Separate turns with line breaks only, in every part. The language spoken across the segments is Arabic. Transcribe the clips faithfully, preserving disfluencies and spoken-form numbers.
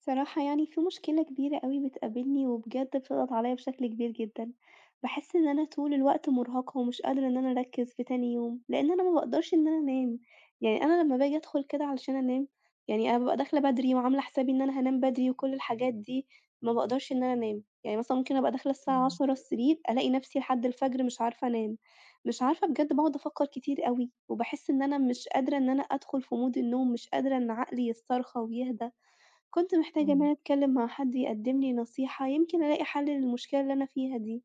صراحة يعني في مشكلة كبيرة أوي بتقابلني وبجد بتضغط عليا بشكل كبير جدًا، باحس إن أنا طول الوقت مرهقة ومش قادرة إن أنا أركّز في تاني يوم، لإن أنا ما باقدرش إن أنا أنام، يعني أنا لمّا باجي أدخل كده علشان أنام، يعني أنا بابقى داخلة بدري وعاملة حسابي إن أنا هانام بدري وكل الحاجات دي، ما باقدرش إن أنا أنام، يعني مثلًا ممكن أبقى داخلة الساعة
إمم،
العاشرة مساءً السرير ألاقي نفسي لحد الفجر مش عارفة أنام، مش عارفة بجد باقعد أفكّر كتير أوي، وباحس إن أنا مش قادرة إن أنا أدخل في مود النوم، مش قادرة إن عقلي يسترخى ويهدى. كنت محتاجة إن
إمم،
أنا أتكلم مع حد يقدم لي نصيحة، يمكن ألاقي حل للمشكلة اللي أنا فيها دي.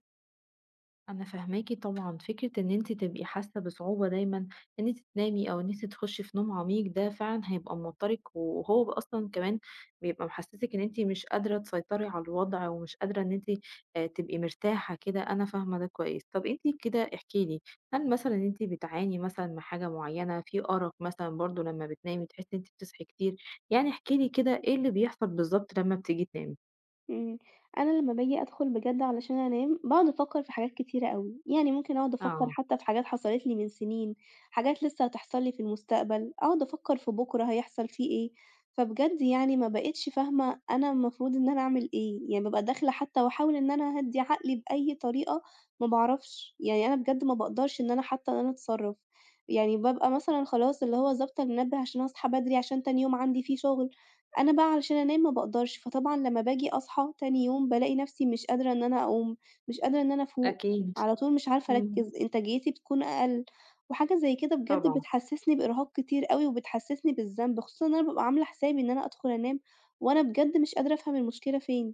أنا فاهماكِ طبعًا، فكرة إن أنتِ تبقي حاسة بصعوبة دايمًا إن أنتِ تنامي أو إن أنتِ تخشي في نوم عميق ده فعلًا هيبقى موترِك، وهو أصلًا كمان بيبقى محسسِك إن أنتِ مش قادرة تسيطري على الوضع، ومش قادرة إن أنتِ آآ، تبقي مرتاحة كده. أنا فاهمة ده كويس. طب أنتِ كده احكِ لي، هل مثلًا أنتِ بتعاني مثلًا من حاجة معينة، في أرق مثلًا برضه لمّا بتنامي بتحسي إن أنتِ بتصحي كتير؟ يعني احكِ لي كده إيه اللي بيحصل بالضبط لمّا بتيجي تنامي؟
إمم، أنا لمّا باجي أدخل بجد علشان أنام، باقعد أفكّر في حاجات كتيرة أوي، يعني ممكن أقعد أفكّر
آه.
حتى في حاجات حصلت لي من سنين، حاجات لسه هتحصل لي في المستقبل، أقعد أفكّر في بُكرة هيحصل فيه إيه، فبجد يعني ما بقيتش فاهمة أنا المفروض إن أنا أعمل إيه، يعني بابقى داخلة حتى واحاول إن أنا أهدّي عقلي بأي طريقة، ما باعرفش، يعني أنا بجد ما باقدرش إن أنا حتى إن أنا أتصرّف، يعني بابقى مثلًا خلاص اللي هو ضابطة المنبه عشان أصحى بدري عشان تاني يوم عندي فيه شغل. أنا بقى علشان أنام ما باقدرش، فطبعًا لمّا باجي أصحى تاني يوم بالاقي نفسي مش قادرة إن أنا أقوم، مش قادرة إن أنا أفوق،
أكيد.
على طول مش عارفة
إمم.
أركّز، إنتاجيتي بتكون أقل، وحاجة زي كده بجد
طبعًا.
بتحسسني بإرهاق كتير أوي، وبتحسسني بالذنب، خصوصًا إن أنا بابقى عاملة حسابي إن أنا أدخل أنام، وأنا بجد مش قادرة أفهم المشكلة فين.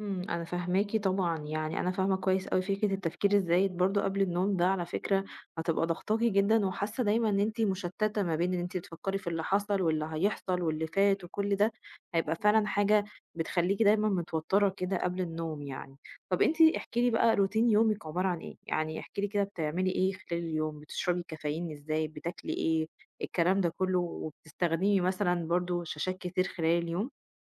إمم، أنا فاهماكِ طبعًا، يعني أنا فاهمة كويس أوي فكرة التفكير الزايد برضه قبل النوم ده على فكرة هتبقى ضاغطاكِ جدًا، وحاسة دايمًا إن أنتِ مشتتة ما بين إن أنتِ بتفكري في اللي حصل واللي هيحصل واللي فات وكل ده، هيبقى فعلًا حاجة بتخليكِ دايمًا متوترة كده قبل النوم يعني. طب أنتِ احكي لي بقى روتين يومِك عبارة عن إيه؟ يعني احكي لي كده بتعملي إيه خلال اليوم، بتشربي كافيين إزاي، بتاكلي إيه، الكلام ده كله، وبتستخدمي مثلًا برضه شاشات كتير خلال اليوم؟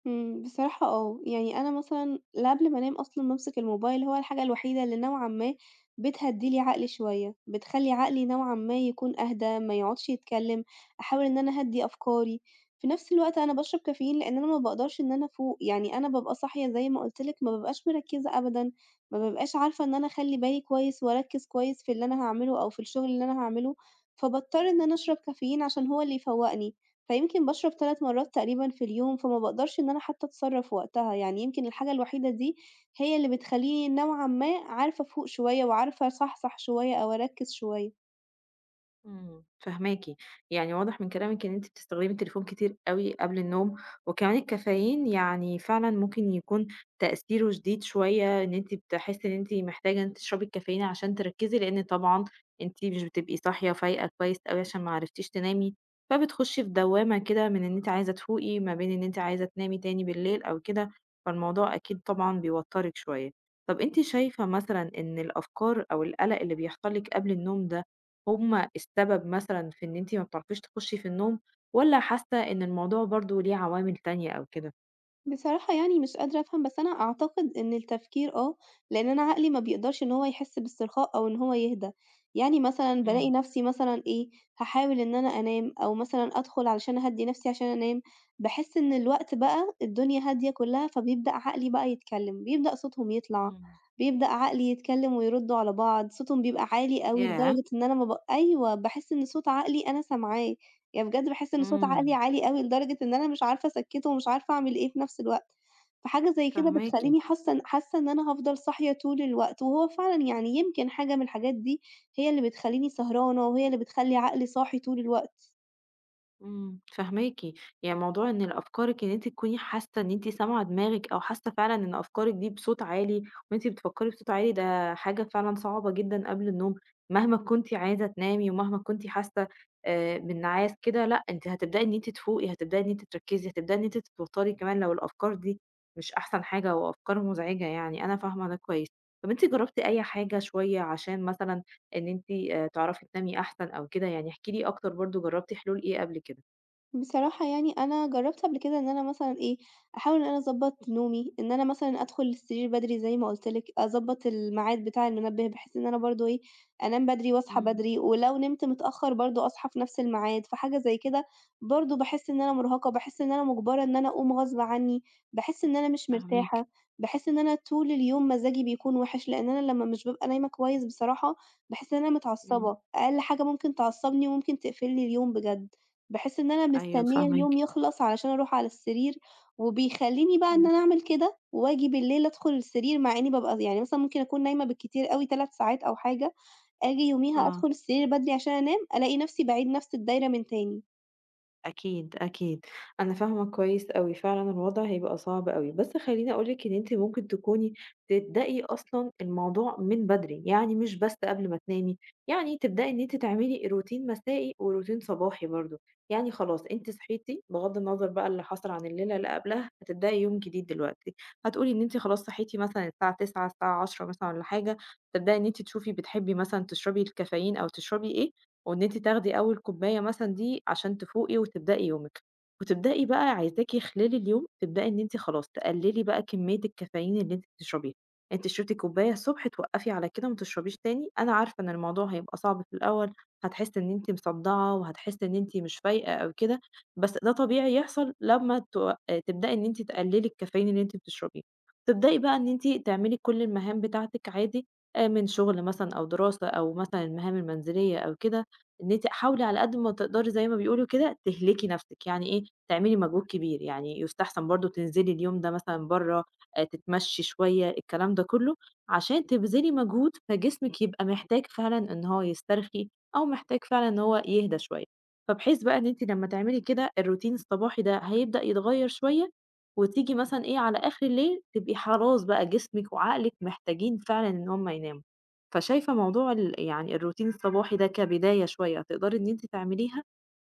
إمم، بصراحة آه، يعني أنا مثلًا لا قبل ما أنام أصلًا بامسك الموبايل، هو الحاجة الوحيدة اللي نوعًا ما بتهدّي لي عقلي شوية، بتخلّي عقلي نوعًا ما يكون أهدى، ما يقعدش يتكلم، أحاول إن أنا أهدّي أفكاري، في نفس الوقت أنا باشرب كافيين لإن أنا ما باقدرش إن أنا أفوق، يعني أنا بابقى صاحية زي ما قُلت لك ما بابقاش مركّزة أبدًا، ما بابقاش عارفة إن أنا أخلّي بالي كويس وأركّز كويس في اللي أنا هاعمله أو في الشغل اللي أنا هاعمله، فباضطر إن أنا أشرب كافيين عشان هو اللي يفوّقني. فيمكن باشرب ثلاث مرّات تقريبًا في اليوم، فما باقدرش إن أنا حتى أتصرّف وقتها، يعني يمكن الحاجة الوحيدة دي هي اللي بتخلّيني نوعًا ما عارفة أفوق شوية وعارفة أصحصح شوية أو أركّز شوية.
إمم، فاهماكِ، يعني واضح من كلامِك إن أنتِ بتستخدمي التليفون كتير أوي قبل النوم، وكمان الكافيين يعني فعلًا ممكن يكون تأثيره شديد شوية، إن أنتِ بتحسي إن أنتِ محتاجة إن تشربي الكافيين عشان تركزي، لأن طبعًا أنتِ مش بتبقي صاحية فايقة كويس أوي عشان ما عرفتيش تنامي، فبتخشي في دوامة كده من إن أنتِ عايزة تفوقي، ما بين إن أنتِ عايزة تنامي تاني بالليل أو كده، فالموضوع أكيد طبعًا بيوترِك شوية. طب أنتِ شايفة مثلًا إن الأفكار أو القلق اللي بيحصل لِك قبل النوم ده هم السبب مثلًا في إن أنتِ ما بتعرفيش تخشي في النوم، والّا حاسة إن الموضوع برضه ليه عوامل تانية أو كده؟
بصراحة يعني مش قادرة أفهم، بس أنا أعتقد إن التفكير آه، لإن أنا عقلي ما بيقدرش إن هو يحس باسترخاء أو إن هو يهدى، يعني مثلًا بالاقي
إمم.
نفسي مثلًا إيه، هاحاول إن أنا أنام أو مثلًا أدخل علشان أهدّي نفسي عشان أنام، باحس إن الوقت بقى الدنيا هادية كلها، فبيبدأ عقلي بقى يتكلم، بيبدأ صوتهم يطلع،
إمم.
بيبدأ عقلي يتكلم ويردوا على بعض، صوتهم بيبقى عالي أوي
ياه!
لدرجة إن أنا ما ب أيوه، باحس إن صوت عقلي أنا سامعاه. يعني بجد باحس إن صوت عقلي
إمم،
عالي أوي لدرجة إن أنا مش عارفة أسكّته ومش عارفة أعمل إيه في نفس الوقت، فحاجة زي كده
فاهماكِ.
بتخلّيني حاسة إن حاسة إن أنا هافضل صاحية طول الوقت، وهو فعلًا يعني يمكن حاجة من الحاجات دي هي اللي بتخلّيني سهرانة، وهي اللي بتخلّي عقلي صاحي طول الوقت.
إمم، فاهماكِ، يعني موضوع إن ال أفكارِك إن أنتِ تكوني حاسة إن أنتِ سامعة دماغِك أو حاسة فعلًا إن أفكارِك دي بصوت عالي وأنتِ بتفكّري بصوت عالي ده حاجة فعلًا صعبة جدًا قبل النوم، مهما كنتِ عايزة تنامي ومهما كنتِ حاسة آآ بالنعاس كده. لأ أنتِ هتبدئي إن أنتِ تفوقي، هتبدئي إن أنتِ تركّزي، هتبدئي إن أنتِ تتوتّري كمان لو الأفكار دي مش أحسن حاجة وأفكار مزعجة يعني، أنا فاهمة ده كويس. طَب أنتِ جرّبتِ أي حاجة شوية عشان مثلًا إن أنتِ آآ تعرفي تنامي أحسن أو كده؟ يعني احكي لي أكتر برضه جرّبتِ حلول إيه قبل كده؟
بصراحة يعني أنا جرّبت قبل كده إن أنا مثلًا إيه، أحاول إن أنا أضبّط نومي، إن أنا مثلًا أدخل السرير بدري زي ما قُلت لِك، أضبّط الميعاد بتاع المنبه بحيث إن أنا برضه إيه، أنام بدري واصحى
إمم.
بدري، ولو نمت متأخّر برضه أصحى في نفس الميعاد، فحاجة زي كده برضه باحس إن أنا مرهقة، باحس إن أنا مُجبرة إن أنا أقوم غصب عنّي، باحس إن أنا مش
فاهماكِ.
مرتاحة، باحس إن أنا طول اليوم مزاجي بيكون وِحِش، لإن أنا لمّا مش بابقى نايمة كويس بصراحة باحس إن أنا
إمم.
متعصّبة، أقل حاجة ممكن تعصّبني وممكن تقفل لي اليوم بجد. باحس إن أنا
أيوه،
مستنية اليوم
فاهماكِ.
يخلص علشان أروح على السرير، وبيخلّيني بقى إن
إمم.
أنا أعمل كده، وآجي بالليل أدخل السرير مع إني بابقى يعني مثلًا ممكن أكون نايمة بالكتير أوي تلات ساعات أو حاجة، آجي يوميها
آه.
أدخل السرير بدري عشان أنام، ألاقي نفسي باعيد نفس الدايرة من تاني.
أكيد، أكيد، أنا فاهمة كويس أوي، فعلًا الوضع هيبقى صعب أوي، بس خلّيني أقول لِك إن أنتِ ممكن تكوني تبدئي أصلًا الموضوع من بدري، يعني مش بس قبل ما تنامي، يعني تبدئي إن أنتِ تعملي روتين مسائي وروتين صباحي برضه، يعني خلاص أنتِ صحيتِ بغض النظر بقى اللي حصل عن الليلة اللي قبلها، هتبدئي يوم جديد دلوقتي، هتقولي إن أنتِ خلاص صحيتِ مثلًا الساعة تسعة الساعة عشرة مثلًا والّا حاجة، تبدئي إن أنتِ تشوفي بتحبي مثلًا تشربي الكافيين أو تشربي إيه، وإن أنتِ تاخدي أول كوباية مثلًا دي عشان تفوقي وتبدئي يومِك، وتبدئي بقى عايزاكِ خلال اليوم تبدئي إن أنتِ خلاص تقللي بقى كمية الكافيين اللي أنتِ بتشربيها، أنتِ شربتِ كوباية الصبح توقفي على كده ما تشربيش تاني، أنا عارفة إن الموضوع هيبقى صعب في الأول، هتحسي إن أنتِ مصدعة وهتحسي إن أنتِ مش فايقة أو كده، بس ده طبيعي يحصل لما تو تبدئي إن أنتِ تقللي الكافيين اللي أنتِ بتشربيه، تبدئي بقى إن أنتِ تعملي كل المهام بتاعتِك عادي آآ، من شغل مثلًا أو دراسة أو مثلًا المهام المنزلية أو كده. إن أنتِ حاولي على قد ما تقدري زي ما بيقولوا كده تهلكي نفسِك، يعني إيه، تعملي مجهود كبير، يعني يُستحسن برضه تنزلي اليوم ده مثلًا برّه، آآ تتمشي شوية، الكلام ده كله، عشان تبذلي مجهود فجسمِك يبقى محتاج فعلًا إن هو يسترخي أو محتاج فعلًا إن هو يهدى شوية. فبحيث بقى إن أنتِ لمّا تعملي كده الروتين الصباحي ده هيبدأ يتغير شوية، وتيجي مثلًا إيه، على آخر الليل تبقي خلاص بقى جسمِك وعقلِك محتاجين فعلًا إن هم يناموا. فشايفة موضوع ال يعني الروتين الصباحي ده كبداية شوية، هتقدري إن أنتِ تعمليها؟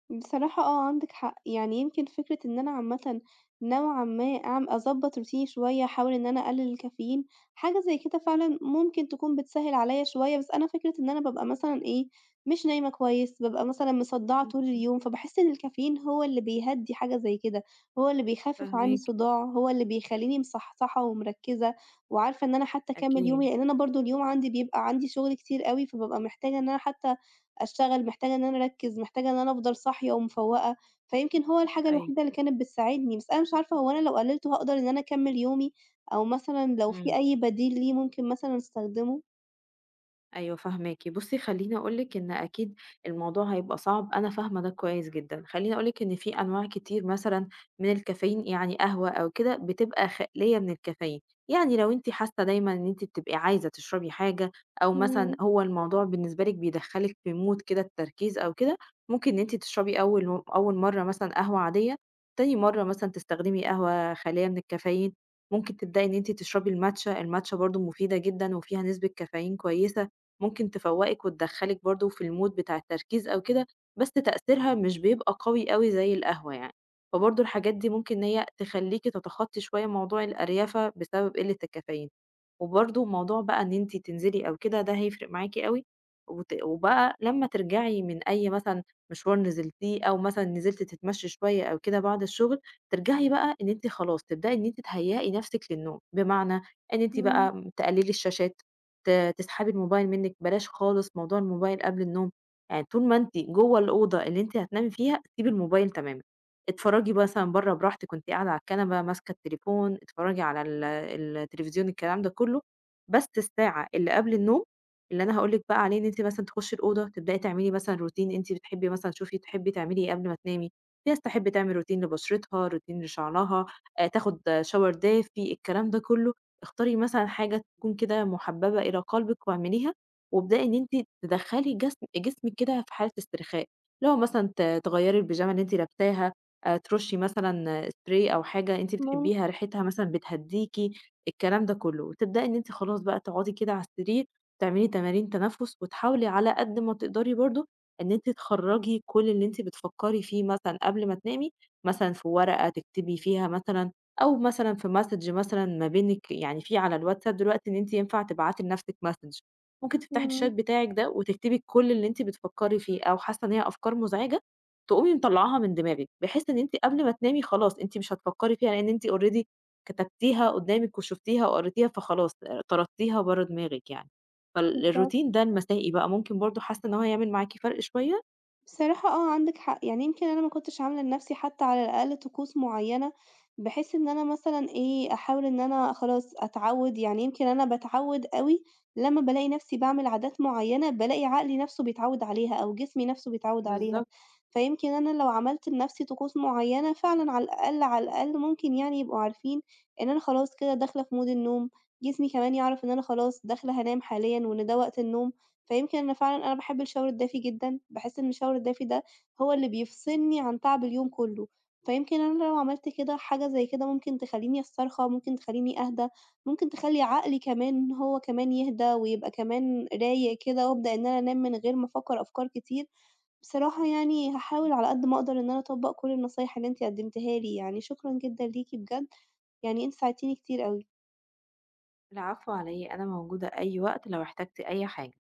بصراحة آه، عندِك حق، يعني يمكن فكرة إن أنا عامةً نوعًا ما أعم أضبّط روتيني شوية، أحاول إن أنا أقلل الكافيين، حاجة زي كده فعلًا ممكن تكون بتسهّل عليَّ شوية، بس أنا فكرة إن أنا بابقى مثلًا إيه، مش نايمة كويس، بابقى مثلًا مصدّعة
إمم.
طول اليوم، فباحس إن الكافيين هو اللي بيهدّي حاجة زي كده، هو اللي بيخفف عني
فاهماكِ.
الصداع، هو اللي بيخلّيني مصحصحة ومركّزة وعارفة إن أنا حتى أكمّل
أكيد.
يومي، لإن أنا برضه اليوم عندي بيبقى عندي شغل كتير أوي، فبابقى محتاجة إن أنا حتى أشتغل، محتاجة إن أنا أركّز، محتاجة إن أنا أفضل صاحية ومفوّقة، فيمكن هو الحاجة الوحيدة اللي كانت بتساعدني، بس أنا مش عارفة هو أنا لو قلّلته هاقدر إن أنا أكمّل يومي، أو مثلًا لو في
أيوه.
أي بديل ليه ممكن مثلًا أستخدمه؟
أيوه، فاهماكِ. بُصّي خلّيني أقول لِك إن أكيد الموضوع هيبقى صعب، أنا فاهمة ده كويس جدًا. خلّيني أقول لِك إن في أنواع كتير مثلًا من الكافيين يعني قهوة أو كده بتبقى خالية من الكافيين. يعني لو أنتِ حاسة دايمًا إن أنتِ بتبقي عايزة تشربي حاجة أو مثلًا
إمم،
هو الموضوع بالنسبة لِك بيدخّلِك في mood كده التركيز أو كده، ممكن إن أنتِ تشربي أول و أول مرّة مثلًا قهوة عادية، تاني مرّة مثلًا تستخدمي قهوة خالية من الكافيين، ممكن تبدئي إن أنتِ تشربي الماتشا، الماتشا برضه مفيدة جدًا وفيها نسبة كافيين كويسة. ممكن تفوّقِك وتدخّلِك برضه في الmood بتاع التركيز أو كده، بس تأثيرها مش بيبقى قوي أوي زي القهوة يعني، فبرضه الحاجات دي ممكن إن هي تخلّيكِ تتخطّي شوية موضوع الأريَفة بسبب قِلّة الكافيين. وبرضه موضوع بقى إن أنتِ تنزلي أو كده ده هيفرق معاكِ أوي، وت وبقى لمّا ترجعي من أي مثلًا مشوار نزلتيه أو مثلًا نزلتِ تتمشّي شوية أو كده بعد الشغل، ترجعي بقى إن أنتِ خلاص تبدئي إن أنتِ تهيّئي نَفْسِك للنوم، بمعنى إن أنتِ
إمم،
بقى م تقلّلي الشاشات. ت تسحبي الموبايل منِّك، بلاش خالص موضوع الموبايل قبل النوم، يعني طول ما أنتِ جوّه الأوضة اللي أنتِ هتنامي فيها سيبي الموبايل تمامًا، اتفرّجي مثلًا برّه براحتِك وأنتِ قاعدة على الكنبة ماسكة التليفون، اتفرّجي على ال التلفزيون الكلام ده كلّه، بس الساعة اللي قبل النوم اللي أنا هاقول لِك بقى عليه إن أنتِ مثلًا تخشّي الأوضة تبدئي تعملي مثلًا روتين أنتِ بتحبي مثلًا شوفي تحبي تعملي إيه قبل ما تنامي، في ناس تحب تعمل روتين لبشرتها، روتين لشعرها، آآ تاخد shower دافي، الكلام ده كلّه. اختاري مثلًا حاجة تكون كده محببة إلى قلبِك واعمليها، وابدئي إن أنتِ تدخّلي جسم جسمِك كده في حالة استرخاء، اللي هو مثلًا ت تغيّري البيجامة اللي أنتِ لابساها، آآ ترشّي مثلًا spray أو حاجة أنتِ
ممكن،
بتحبيها ريحتها مثلًا بتهدّيكِ، الكلام ده كلّه. وتبدئي إن أنتِ خلاص بقى تقعدي كده على السرير، تعملي تمارين تنفُّس، وتحاولي على قد ما تقدري برضه إن أنتِ تخرّجي كل اللي أنتِ بتفكّري فيه مثلًا قبل ما تنامي، مثلًا في ورقة تكتبي فيها مثلًا أو مثلًا في message مثلًا ما بينِك يعني في على الواتساب دلوقتي إن أنتِ ينفع تبعتي لنفسِك message، ممكن تفتحي
إمم،
الchat بتاعِك ده وتكتبي كل اللي أنتِ بتفكّري فيه أو حاسة إن هي أفكار مزعجة، تقومي مطلّعاها من دماغِك، بحيث إن أنتِ قبل ما تنامي خلاص أنتِ مش هتفكّري فيها لإن أنتِ already كتبتيها قدّامِك وشُفتيها وقريتيها فخلاص آآ طردتيها برّه دماغِك يعني.
بالضبط.
فالروتين ده المسائي بقى ممكن برضه حاسة إن هو يعمل معاكِ فرق شوية؟
بصراحة آه، عندِك حق، يعني يمكن أنا ما كنتش عاملة لنَفْسي حتى على الأقل طقوس معيّنة، بحيث إن أنا مثلًا إيه، أحاول إن أنا خلاص أتعوّد، يعني يمكن أنا باتعوّد أوي لمّا بالاقي نَفْسي باعمل عادات معيّنة، بالاقي عقلي نَفْسه بيتعوّد عليها أو جسمي نَفْسه بيتعوّد عليها،
بالضبط.
فيمكن أنا لو عملت لنَفْسي طقوس معيّنة فعلًا على الأقل، على الأقل ممكن يعني يبقوا عارفين إن أنا خلاص كده داخلة في mood النوم، جسمي كمان يعرف إن أنا خلاص داخلة هانام حاليًا وإن ده وقت النوم. فيمكن أنا فعلًا أنا باحب الشاور الدافي جدًا، باحس إن الشاور الدافي ده هو اللي بيفصلني عن تعب اليوم كلّه، فيمكن أنا لو عملت كده حاجة زي كده ممكن تخلّيني أسترخى، ممكن تخلّيني أهدى، ممكن تخلّي عقلي كمان إن هو كمان يهدى ويبقى كمان رايق كده، وأبدأ إن أنا أنام من غير ما أفكّر أفكار كتير. بصراحة يعني هاحاول على قد ما أقدر إن أنا أطبّق كل النصايح اللي أنتِ قدّمتيها لي، يعني شكرًا جدًا ليكِ بجد، يعني أنتِ ساعدتيني كتير أوي.
العفو على إيه، أنا موجودة أي وقت لو احتجتِ أي حاجة.